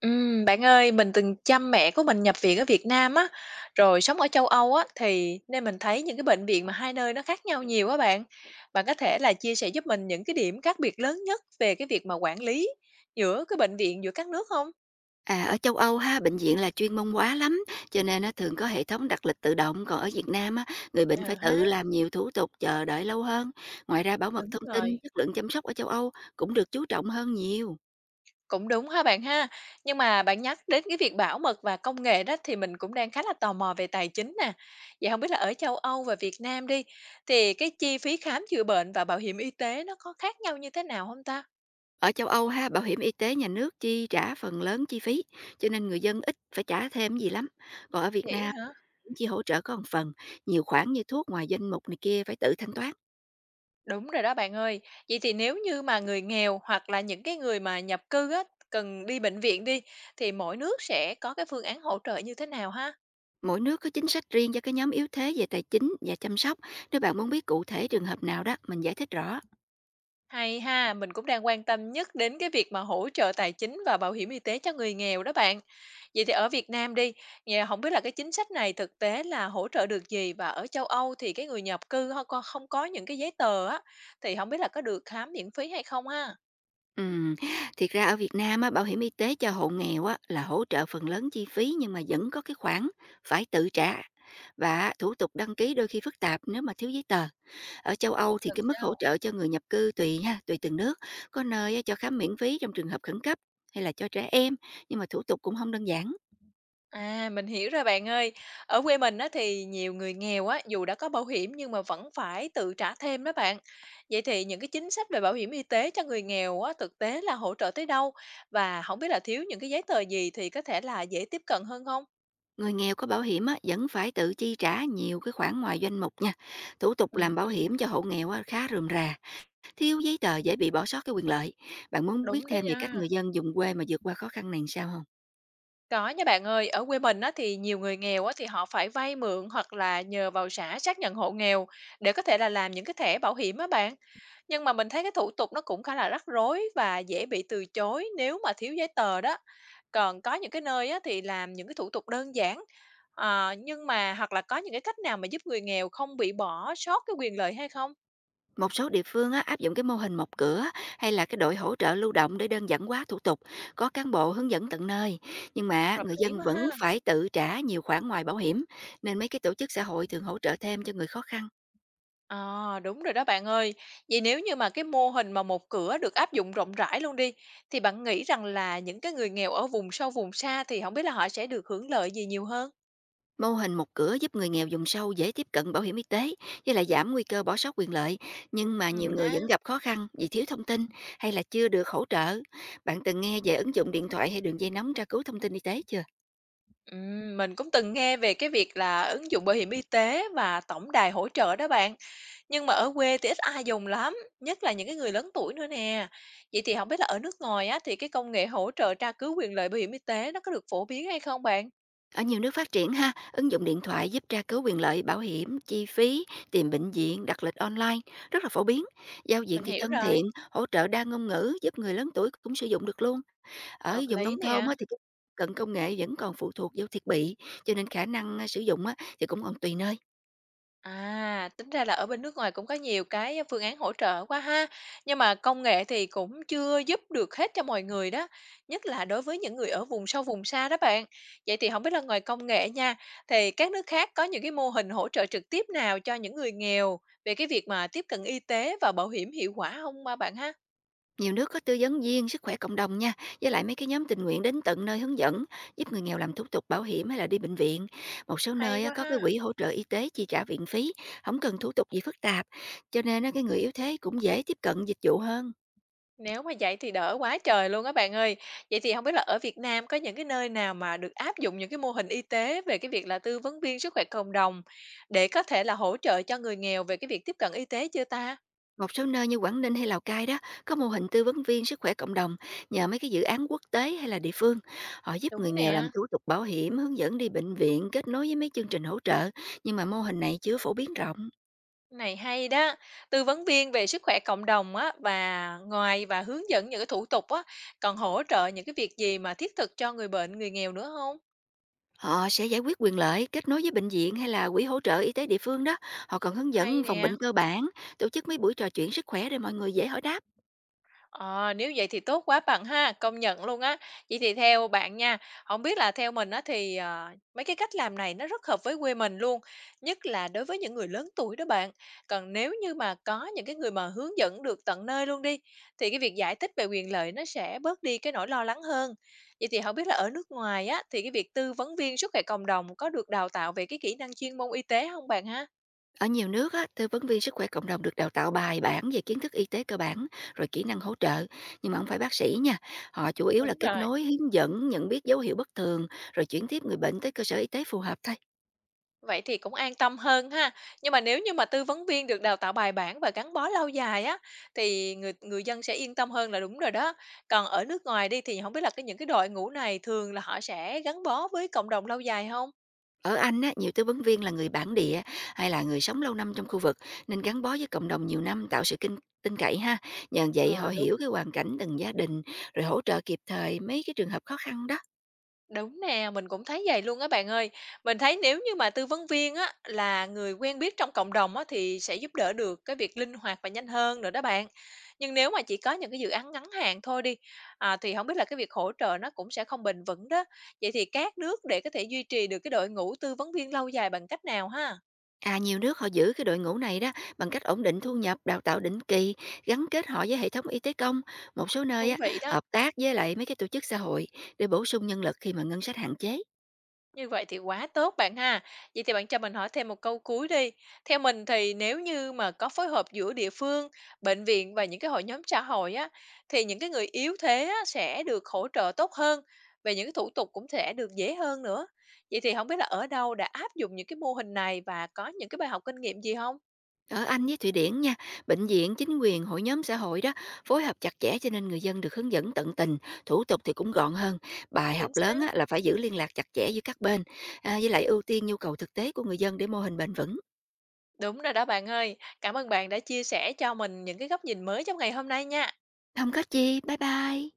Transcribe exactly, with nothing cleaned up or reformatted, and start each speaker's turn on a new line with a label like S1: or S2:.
S1: Ừm, bạn ơi, mình từng chăm mẹ của mình nhập viện ở Việt Nam á, rồi sống ở châu Âu á, thì nên mình thấy những cái bệnh viện mà hai nơi nó khác nhau nhiều á bạn. Bạn có thể là chia sẻ giúp mình những cái điểm khác biệt lớn nhất về cái việc mà quản lý giữa cái bệnh viện giữa các nước không?
S2: À, ở châu Âu ha, bệnh viện là chuyên môn hóa lắm, cho nên nó thường có hệ thống đặt lịch tự động, còn ở Việt Nam á, người bệnh
S1: Ờ
S2: phải
S1: ha,
S2: tự làm nhiều thủ tục, chờ đợi lâu hơn. Ngoài ra bảo mật
S1: đúng
S2: thông tin,
S1: rồi.
S2: chất lượng chăm sóc ở châu Âu cũng được chú trọng hơn nhiều.
S1: Cũng đúng ha bạn ha. Nhưng mà bạn nhắc đến cái việc bảo mật và công nghệ đó thì mình cũng đang khá là tò mò về tài chính nè. Vậy không biết là ở châu Âu và Việt Nam đi, thì cái chi phí khám chữa bệnh và bảo hiểm y tế nó có khác nhau như thế nào không ta?
S2: Ở châu Âu ha, bảo hiểm y tế nhà nước chi trả phần lớn chi phí, cho nên người dân ít phải trả thêm gì lắm. Còn ở Việt
S1: Vậy
S2: Nam
S1: hả?
S2: chỉ hỗ trợ có một phần, nhiều khoản như thuốc ngoài danh mục này kia phải tự thanh toán.
S1: Đúng rồi đó bạn ơi. Vậy thì nếu như mà người nghèo hoặc là những cái người mà nhập cư á, cần đi bệnh viện đi, thì mỗi nước sẽ có cái phương án hỗ trợ như thế nào ha?
S2: Mỗi nước có chính sách riêng cho cái nhóm yếu thế về tài chính và chăm sóc. Nếu bạn muốn biết cụ thể trường hợp nào đó, mình giải thích rõ.
S1: Hay ha, mình cũng đang quan tâm nhất đến cái việc mà hỗ trợ tài chính và bảo hiểm y tế cho người nghèo đó bạn. Vậy thì ở Việt Nam đi, nhà không biết là cái chính sách này thực tế là hỗ trợ được gì, và ở châu Âu thì cái người nhập cư họ co- không có những cái giấy tờ á, thì không biết là có được khám miễn phí hay không ha?
S2: Ừm, Thiệt ra ở Việt Nam á, bảo hiểm y tế cho hộ nghèo á, là hỗ trợ phần lớn chi phí nhưng mà vẫn có cái khoản phải tự trả và thủ tục đăng ký đôi khi phức tạp nếu mà thiếu giấy tờ. Ở châu Âu thì
S1: Thật
S2: cái mức hỗ
S1: sao?
S2: trợ cho người nhập cư tùy ha, tùy từng nước, có nơi á, cho khám miễn phí trong trường hợp khẩn cấp hay là cho trẻ em, nhưng mà thủ tục cũng không đơn giản.
S1: À, mình hiểu rồi bạn ơi. Ở quê mình á, thì nhiều người nghèo á, dù đã có bảo hiểm nhưng mà vẫn phải tự trả thêm đó bạn. Vậy thì những cái chính sách về bảo hiểm y tế cho người nghèo á, thực tế là hỗ trợ tới đâu? Và không biết là thiếu những cái giấy tờ gì thì có thể là dễ tiếp cận hơn không?
S2: Người nghèo có bảo hiểm á, vẫn phải tự chi trả nhiều cái khoản ngoài danh mục nha. Thủ tục
S1: Ừ.
S2: làm bảo hiểm cho hộ nghèo á, khá rườm rà. Thiếu giấy tờ dễ bị bỏ sót cái quyền lợi. Bạn muốn
S1: Đúng
S2: biết
S1: đấy
S2: thêm về cách
S1: nha.
S2: người dân vùng quê mà vượt qua khó khăn này làm sao không?
S1: Có nha bạn ơi, ở quê mình á, thì nhiều người nghèo á, thì họ phải vay mượn hoặc là nhờ vào xã xác nhận hộ nghèo để có thể là làm những cái thẻ bảo hiểm á bạn. Nhưng mà mình thấy cái thủ tục nó cũng khá là rắc rối và dễ bị từ chối nếu mà thiếu giấy tờ đó. Còn có những cái nơi á, thì làm những cái thủ tục đơn giản à, nhưng mà hoặc là có những cái cách nào mà giúp người nghèo không bị bỏ sót cái quyền lợi hay không?
S2: Một số địa phương á, áp dụng cái mô hình một cửa hay là cái đội hỗ trợ lưu động để đơn giản hóa thủ tục, có cán bộ hướng dẫn tận nơi. Nhưng mà
S1: Hợp
S2: người
S1: lý
S2: dân
S1: quá ha.
S2: vẫn phải tự trả nhiều khoản ngoài bảo hiểm, nên mấy cái tổ chức xã hội thường hỗ trợ thêm cho người khó khăn.
S1: À, đúng rồi đó bạn ơi. Vậy nếu như mà cái mô hình mà một cửa được áp dụng rộng rãi luôn đi, thì bạn nghĩ rằng là những cái người nghèo ở vùng sâu vùng xa thì không biết là họ sẽ được hưởng lợi gì nhiều hơn?
S2: Mô hình một cửa giúp người nghèo vùng sâu dễ tiếp cận bảo hiểm y tế với lại giảm nguy cơ bỏ sót quyền lợi, nhưng mà
S1: Ừ
S2: nhiều người
S1: ha.
S2: vẫn gặp khó khăn vì thiếu thông tin hay là chưa được hỗ trợ. Bạn từng nghe về ứng dụng điện thoại hay đường dây nóng tra cứu thông tin y tế chưa?
S1: Ừm, mình cũng từng nghe về cái việc là ứng dụng bảo hiểm y tế và tổng đài hỗ trợ đó bạn. Nhưng mà ở quê thì ít ai dùng lắm, nhất là những cái người lớn tuổi nữa nè. Vậy thì không biết là ở nước ngoài á thì cái công nghệ hỗ trợ tra cứu quyền lợi bảo hiểm y tế nó có được phổ biến hay không bạn?
S2: Ở nhiều nước phát triển ha, ứng dụng điện thoại giúp tra cứu quyền lợi, bảo hiểm, chi phí, tìm bệnh viện, đặt lịch online rất là phổ biến. Giao diện
S1: Mình
S2: thì
S1: hiểu
S2: thân thiện,
S1: rồi,
S2: hỗ trợ đa ngôn ngữ giúp người lớn tuổi cũng sử dụng được luôn. Ở
S1: hợp
S2: vùng
S1: lý
S2: nông thôn
S1: nè.
S2: á thì cái cận công nghệ vẫn còn phụ thuộc vào thiết bị, cho nên khả năng, a, sử dụng á thì cũng còn tùy nơi.
S1: À, tính ra là ở bên nước ngoài cũng có nhiều cái phương án hỗ trợ quá ha. Nhưng mà công nghệ thì cũng chưa giúp được hết cho mọi người đó, nhất là đối với những người ở vùng sâu vùng xa đó bạn. Vậy thì không biết là ngoài công nghệ nha, thì các nước khác có những cái mô hình hỗ trợ trực tiếp nào cho những người nghèo về cái việc mà tiếp cận y tế và bảo hiểm hiệu quả không ba bạn ha?
S2: Nhiều nước có tư vấn viên sức khỏe cộng đồng nha, với lại mấy cái nhóm tình nguyện đến tận nơi hướng dẫn, giúp người nghèo làm thủ tục bảo hiểm hay là đi bệnh viện. Một số
S1: Hay
S2: nơi á
S1: quá
S2: có cái
S1: ha.
S2: quỹ hỗ trợ y tế chi trả viện phí, không cần thủ tục gì phức tạp, cho nên á cái người yếu thế cũng dễ tiếp cận dịch vụ hơn.
S1: Nếu mà vậy thì đỡ quá trời luôn á bạn ơi. Vậy thì không biết là ở Việt Nam có những cái nơi nào mà được áp dụng những cái mô hình y tế về cái việc là tư vấn viên sức khỏe cộng đồng để có thể là hỗ trợ cho người nghèo về cái việc tiếp cận y tế chưa ta?
S2: Một số nơi như Quảng Ninh hay Lào Cai đó có mô hình tư vấn viên sức khỏe cộng đồng nhờ mấy cái dự án quốc tế hay là địa phương. Họ giúp người
S1: Đúng
S2: nghèo làm
S1: nè,
S2: thủ tục bảo hiểm, hướng dẫn đi bệnh viện, kết nối với mấy chương trình hỗ trợ. Nhưng mà mô hình này chưa phổ biến rộng.
S1: này hay đó. Tư vấn viên về sức khỏe cộng đồng á, và ngoài và hướng dẫn những cái thủ tục á, còn hỗ trợ những cái việc gì mà thiết thực cho người bệnh, người nghèo nữa không?
S2: Họ sẽ giải quyết quyền lợi, kết nối với bệnh viện hay là quỹ hỗ trợ y tế địa phương đó. Họ còn hướng
S1: Hay
S2: dẫn phòng
S1: nè.
S2: bệnh cơ bản, tổ chức mấy buổi trò chuyện sức khỏe để mọi người dễ hỏi đáp.
S1: Ờ, nếu vậy thì tốt quá bạn ha, công nhận luôn á. Vậy thì theo bạn nha, không biết là theo mình á thì, ờ, mấy cái cách làm này nó rất hợp với quê mình luôn, nhất là đối với những người lớn tuổi đó bạn. Còn nếu như mà có những cái người mà hướng dẫn được tận nơi luôn đi, thì cái việc giải thích về quyền lợi nó sẽ bớt đi cái nỗi lo lắng hơn. Vậy thì không biết là ở nước ngoài á, thì cái việc tư vấn viên sức khỏe cộng đồng có được đào tạo về cái kỹ năng chuyên môn y tế không bạn ha?
S2: Ở nhiều nước á, tư vấn viên sức khỏe cộng đồng được đào tạo bài bản về kiến thức y tế cơ bản rồi kỹ năng hỗ trợ, nhưng mà không phải bác sĩ nha. Họ chủ yếu là
S1: Đúng
S2: kết
S1: rồi.
S2: nối, hướng dẫn, nhận biết dấu hiệu bất thường rồi chuyển tiếp người bệnh tới cơ sở y tế phù hợp thôi.
S1: Vậy thì cũng an tâm hơn ha. Nhưng mà nếu như mà tư vấn viên được đào tạo bài bản và gắn bó lâu dài á, thì người người dân sẽ yên tâm hơn là đúng rồi đó. Còn ở nước ngoài đi thì không biết là cái những cái đội ngũ này thường là họ sẽ gắn bó với cộng đồng lâu dài không?
S2: Ở Anh á, nhiều tư vấn viên là người bản địa hay là người sống lâu năm trong khu vực nên gắn bó với cộng đồng nhiều năm tạo sự kinh tin cậy ha. Nhờ vậy họ
S1: Ờ, đúng.
S2: hiểu cái hoàn cảnh từng gia đình rồi hỗ trợ kịp thời mấy cái trường hợp khó khăn đó.
S1: Đúng nè, mình cũng thấy vậy luôn á bạn ơi. Mình thấy nếu như mà tư vấn viên á là người quen biết trong cộng đồng á, thì sẽ giúp đỡ được cái việc linh hoạt và nhanh hơn nữa đó bạn. Nhưng nếu mà chỉ có những cái dự án ngắn hạn thôi đi à, thì không biết là cái việc hỗ trợ nó cũng sẽ không bền vững đó. Vậy thì các nước để có thể duy trì được cái đội ngũ tư vấn viên lâu dài bằng cách nào ha?
S2: À, nhiều nước họ giữ cái đội ngũ này đó bằng cách ổn định thu nhập, đào tạo định kỳ, gắn kết họ với hệ thống y tế công. Một số nơi
S1: Thú
S2: á,
S1: vị đó.
S2: hợp tác với lại mấy cái tổ chức xã hội để bổ sung nhân lực khi mà ngân sách hạn chế.
S1: Như vậy thì quá tốt bạn ha. Vậy thì bạn cho mình hỏi thêm một câu cuối đi. Theo mình thì nếu như mà có phối hợp giữa địa phương, bệnh viện và những cái hội nhóm xã hội á, thì những cái người yếu thế á, sẽ được hỗ trợ tốt hơn, và những cái thủ tục cũng sẽ được dễ hơn nữa. Vậy thì không biết là ở đâu đã áp dụng những cái mô hình này và có những cái bài học kinh nghiệm gì không?
S2: Ở Anh với Thụy Điển nha, bệnh viện, chính quyền, hội nhóm xã hội đó phối hợp chặt chẽ cho nên người dân được hướng dẫn tận tình, thủ tục thì cũng gọn hơn. Bài
S1: Chính
S2: học lớn
S1: xác.
S2: á, là phải giữ liên lạc chặt chẽ giữa các bên, à, với lại ưu tiên nhu cầu thực tế của người dân để mô hình bền vững.
S1: Đúng rồi đó bạn ơi. Cảm ơn bạn đã chia sẻ cho mình những cái góc nhìn mới trong ngày hôm nay nha.
S2: Không có chi, bye bye.